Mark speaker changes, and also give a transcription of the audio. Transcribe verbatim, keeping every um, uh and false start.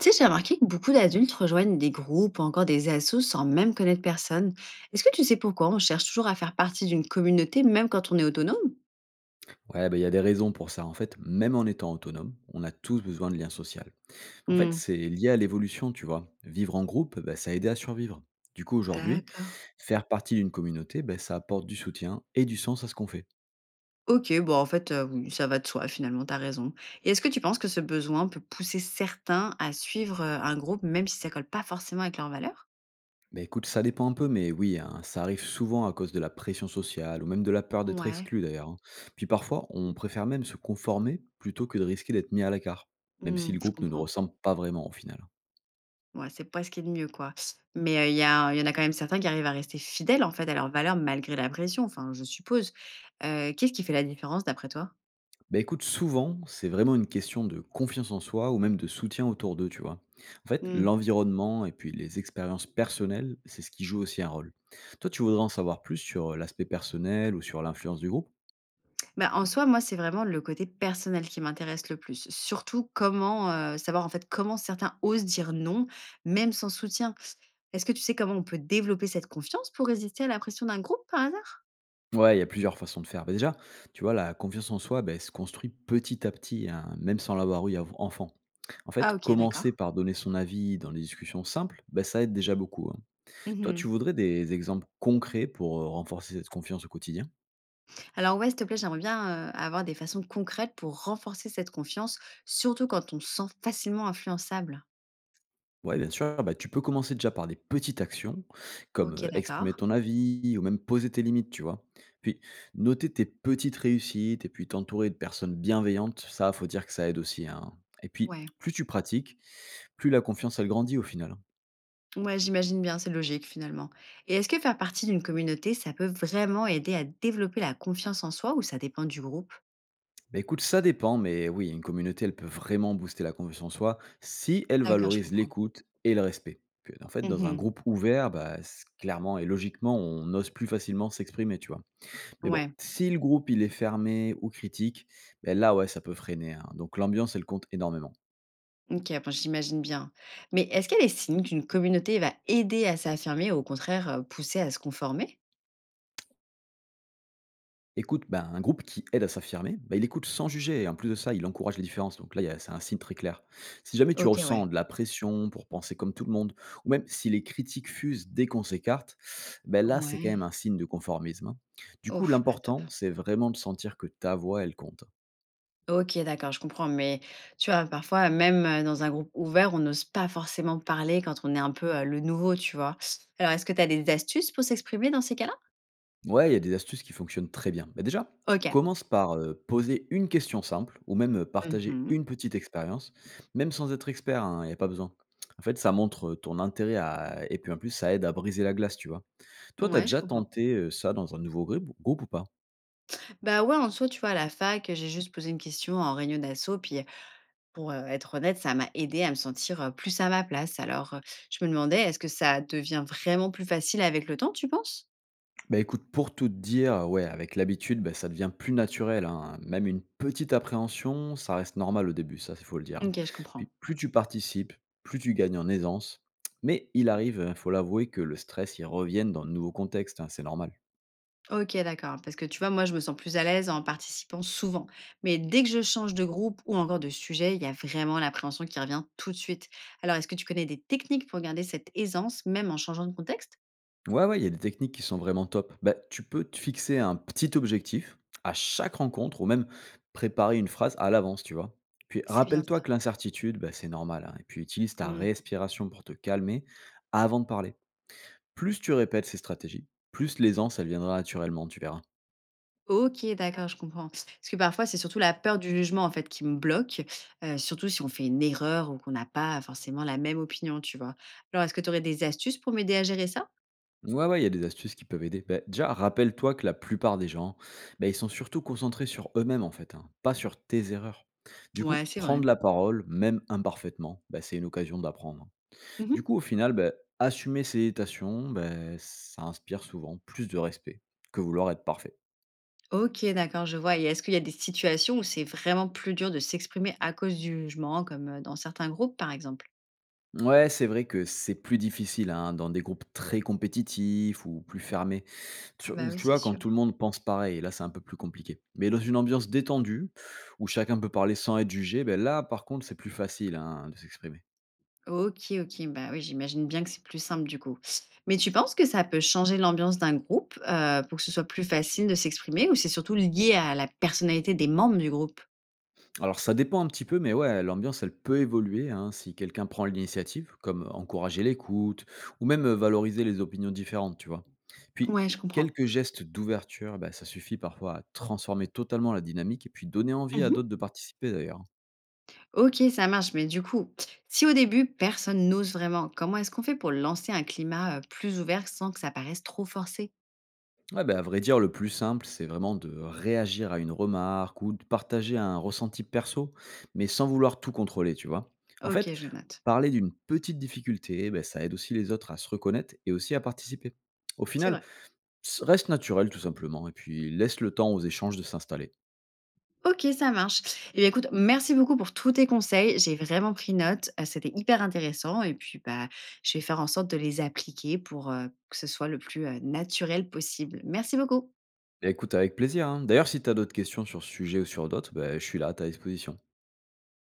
Speaker 1: Tu sais, j'ai remarqué que beaucoup d'adultes rejoignent des groupes ou encore des assos sans même connaître personne. Est-ce que tu sais pourquoi on cherche toujours à faire partie d'une communauté même quand on est autonome?
Speaker 2: Ouais, bah, il y a des raisons pour ça. En fait, même en étant autonome, on a tous besoin de lien social. En fait,
Speaker 1: Hmm,
Speaker 2: c'est lié à l'évolution, tu vois. Vivre en groupe, bah, ça a aidé à survivre. Du coup, aujourd'hui,
Speaker 1: d'accord.
Speaker 2: faire partie d'une communauté, bah, ça apporte du soutien et du sens à ce qu'on fait.
Speaker 1: Ok, bon, en fait, euh, oui, ça va de soi, finalement, t'as raison. Et est-ce que tu penses que ce besoin peut pousser certains à suivre euh, un groupe même si ça colle pas forcément avec leurs valeurs?
Speaker 2: Bah, écoute, ça dépend un peu, mais oui, hein, ça arrive souvent à cause de la pression sociale ou même de la peur d'être
Speaker 1: Ouais,
Speaker 2: exclu d'ailleurs, hein. Puis parfois, on préfère même se conformer plutôt que de risquer d'être mis à l'écart, même si
Speaker 1: hmm,
Speaker 2: le
Speaker 1: je
Speaker 2: groupe ne nous
Speaker 1: comprends.
Speaker 2: ressemble pas vraiment au final.
Speaker 1: Ouais, c'est pas ce qu'il y a de mieux, quoi. Mais, heu, il y a il y en a quand même certains qui arrivent à rester fidèles, en fait, à leurs valeurs malgré la pression, enfin, je suppose. Heu, qu'est-ce qui fait la différence d'après toi?
Speaker 2: Bah, écoute, souvent, c'est vraiment une question de confiance en soi ou même de soutien autour d'eux, tu vois. En fait,
Speaker 1: Mmh.
Speaker 2: l'environnement et puis les expériences personnelles, c'est ce qui joue aussi un rôle. Toi, tu voudrais en savoir plus sur l'aspect personnel ou sur l'influence du groupe?
Speaker 1: Bah, en soi, moi, c'est vraiment le côté personnel qui m'intéresse le plus. Surtout comment, heu, savoir, en fait, comment certains osent dire non, même sans soutien. Est-ce que tu sais comment on peut développer cette confiance pour résister à la pression d'un groupe, par hasard?
Speaker 2: Ouais, il y a plusieurs façons de faire. Bah, déjà, tu vois, la confiance en soi, bah, elle se construit petit à petit, hein, même sans l'avoir eu av- enfant. En
Speaker 1: Ah
Speaker 2: fait,
Speaker 1: ok,
Speaker 2: commencer
Speaker 1: d'accord.
Speaker 2: par donner son avis dans des discussions simples, bah, ça aide déjà beaucoup, hein. Toi,
Speaker 1: Mmh.
Speaker 2: tu voudrais des exemples concrets pour euh, renforcer cette confiance au quotidien?
Speaker 1: Alors ouais, s'il te plaît, j'aimerais bien, heu, avoir des façons concrètes pour renforcer cette confiance, surtout quand on se sent facilement influençable.
Speaker 2: Ouais, bien sûr, bah, tu peux commencer déjà par des petites actions, comme
Speaker 1: OK,
Speaker 2: euh, exprimer
Speaker 1: d'accord.
Speaker 2: ton avis ou même poser tes limites, tu vois. Puis, noter tes petites réussites et puis t'entourer de personnes bienveillantes, ça, faut dire que ça aide aussi, hein. Et puis,
Speaker 1: Ouais.
Speaker 2: plus tu pratiques, plus la confiance, elle grandit au final, hein.
Speaker 1: Ouais, j'imagine bien, c'est logique finalement. Et est-ce que faire partie d'une communauté, ça peut vraiment aider à développer la confiance en soi ou ça dépend du groupe?
Speaker 2: Bah écoute, ça dépend, mais oui, une communauté, elle peut vraiment booster la confiance en soi si elle
Speaker 1: D'accord, je
Speaker 2: valorise
Speaker 1: comprends.
Speaker 2: l'écoute et le respect. Puis, en fait, dans un
Speaker 1: Mmh.
Speaker 2: groupe ouvert, bah, c- clairement et logiquement, on ose plus facilement s'exprimer, tu vois. Mais bon,
Speaker 1: Ouais.
Speaker 2: si le groupe il est fermé ou critique, ben là ouais, ça peut freiner, hein. Donc l'ambiance, elle compte énormément.
Speaker 1: OK, bon, j'imagine bien. Mais est-ce qu'il y a des signes qu'une communauté va aider à s'affirmer ou au contraire, heu, pousser à se conformer?
Speaker 2: Écoute, ben, un groupe qui aide à s'affirmer, ben, il écoute sans juger. Et en plus de ça, il encourage les différences. Donc là, il y a- c'est un signe très clair. Si jamais tu
Speaker 1: OK, ouais.
Speaker 2: ressens de la pression pour penser comme tout le monde, ou même si les critiques fusent dès qu'on s'écarte, ben là, c'est quand
Speaker 1: Ouais.
Speaker 2: même un signe de conformisme, hein. Du coup,
Speaker 1: Ouf, pas top.
Speaker 2: l'important, c'est vraiment de sentir que ta voix, elle compte, hein.
Speaker 1: OK, d'accord, je comprends, mais tu vois, parfois, même, heu, dans un groupe ouvert, on n'ose pas forcément parler quand on est un peu, heu, le nouveau, tu vois? Alors, est-ce que tu as des astuces pour s'exprimer dans ces cas-là?
Speaker 2: Ouais, il y a des astuces qui fonctionnent très bien. Mais déjà,
Speaker 1: OK.
Speaker 2: commence par euh, poser une question simple ou même euh, partager
Speaker 1: Mmh.
Speaker 2: une petite expérience, même sans être expert, hein, il n'y a pas besoin. En fait, ça montre euh, ton intérêt à... et puis en plus, ça aide à briser la glace, tu vois. Toi, t'as
Speaker 1: Ouais, je
Speaker 2: déjà
Speaker 1: comprends.
Speaker 2: tenté euh, ça dans un nouveau groupe groupe ou pas?
Speaker 1: Bah, ouais, en soi, tu vois, à la fac, j'ai juste posé une question en réunion d'asso, puis, pour, heu, être honnête, ça m'a aidé à me sentir, heu, plus à ma place. Alors, heu, je me demandais, est-ce que ça devient vraiment plus facile avec le temps, tu penses?
Speaker 2: Bah, écoute, pour tout te dire, ouais, avec l'habitude, bah, ça devient plus naturel, hein. Même une petite appréhension, ça reste normal au début, ça, il faut le dire, hein.
Speaker 1: OK, je comprends.
Speaker 2: Puis plus tu participes, plus tu gagnes en aisance. Mais il arrive, il faut l'avouer, que le stress, il revienne dans de nouveaux contextes, hein, c'est normal.
Speaker 1: OK, d'accord. Parce que tu vois, moi, je me sens plus à l'aise en participant souvent. Mais dès que je change de groupe ou encore de sujet, il y a vraiment l'appréhension qui revient tout de suite. Alors, est-ce que tu connais des techniques pour garder cette aisance, même en changeant de contexte?
Speaker 2: Ouais, ouais, il y a des techniques qui sont vraiment top. Bah, tu peux te fixer un petit objectif à chaque rencontre ou même préparer une phrase à l'avance, tu vois. Puis
Speaker 1: C'est bien
Speaker 2: rappelle-toi
Speaker 1: ça.
Speaker 2: que l'incertitude, bah, c'est normal, hein. Et puis utilise ta
Speaker 1: Hmm.
Speaker 2: respiration pour te calmer avant de parler. Plus tu répètes ces stratégies, plus l'aisance, elle viendra naturellement, tu verras.
Speaker 1: Ok, d'accord, je comprends. Parce que parfois, c'est surtout la peur du jugement, en fait, qui me bloque, euh, surtout si on fait une erreur ou qu'on n'a pas forcément la même opinion, tu vois. Alors, est-ce que tu aurais des astuces pour m'aider à gérer ça?
Speaker 2: Ouais, ouais, il y a des astuces qui peuvent aider. Bah, déjà, rappelle-toi que la plupart des gens, bah, ils sont surtout concentrés sur eux-mêmes, en fait, hein, pas sur tes erreurs. Du
Speaker 1: Ouais,
Speaker 2: coup,
Speaker 1: c'est vrai.
Speaker 2: prendre la parole, même imparfaitement, bah, c'est une occasion d'apprendre. Du
Speaker 1: Mhm.
Speaker 2: coup, au final, bah, assumer ses hésitations, bah, ça inspire souvent plus de respect que vouloir être parfait.
Speaker 1: OK, d'accord, je vois, et est-ce qu'il y a des situations où c'est vraiment plus dur de s'exprimer à cause du jugement comme, heu, dans certains groupes, par exemple?
Speaker 2: Ouais, c'est vrai que c'est plus difficile hein, dans des groupes très compétitifs ou plus fermés. Tu
Speaker 1: Ah bah
Speaker 2: ou
Speaker 1: oui,
Speaker 2: tu
Speaker 1: c'est
Speaker 2: vois, quand
Speaker 1: sûr.
Speaker 2: tout le monde pense pareil, là, c'est un peu plus compliqué. Mais dans une ambiance détendue, où chacun peut parler sans être jugé, ben là, par contre, c'est plus facile, hein, de s'exprimer.
Speaker 1: OK, OK, bah oui, j'imagine bien que c'est plus simple du coup. Mais tu penses que ça peut changer l'ambiance d'un groupe, heu, pour que ce soit plus facile de s'exprimer, ou c'est surtout lié à la personnalité des membres du groupe?
Speaker 2: Alors ça dépend un petit peu, mais ouais, l'ambiance, elle peut évoluer, hein, si quelqu'un prend l'initiative, comme encourager l'écoute ou même, heu, valoriser les opinions différentes, tu vois? Puis,
Speaker 1: Ouais, je comprends.
Speaker 2: quelques gestes d'ouverture, ben ça suffit parfois à transformer totalement la dynamique et puis donner envie à
Speaker 1: Mmh.
Speaker 2: d'autres de participer, d'ailleurs.
Speaker 1: OK, ça marche, mais du coup, si au début personne n'ose vraiment, comment est-ce qu'on fait pour lancer un climat, heu, plus ouvert sans que ça paraisse trop forcé?
Speaker 2: Ouais, bah, à vrai dire, le plus simple, c'est vraiment de réagir à une remarque ou de partager un ressenti perso, mais sans vouloir tout contrôler, tu vois. En
Speaker 1: OK,
Speaker 2: fait,
Speaker 1: je note.
Speaker 2: parler d'une petite difficulté, bah, ça aide aussi les autres à se reconnaître et aussi à participer. Au
Speaker 1: C'est
Speaker 2: final,
Speaker 1: vrai.
Speaker 2: s- reste naturel tout simplement, et puis laisse le temps aux échanges de s'installer.
Speaker 1: OK, ça marche. Eh bien, écoute, merci beaucoup pour tous tes conseils. J'ai vraiment pris note. Heu, c'était hyper intéressant et puis, bah, je vais faire en sorte de les appliquer pour, heu, que ce soit le plus, heu, naturel possible. Merci beaucoup.
Speaker 2: Bah, écoute, avec plaisir, hein. D'ailleurs, si tu as d'autres questions sur ce sujet ou sur d'autres, bah, je suis là à ta disposition.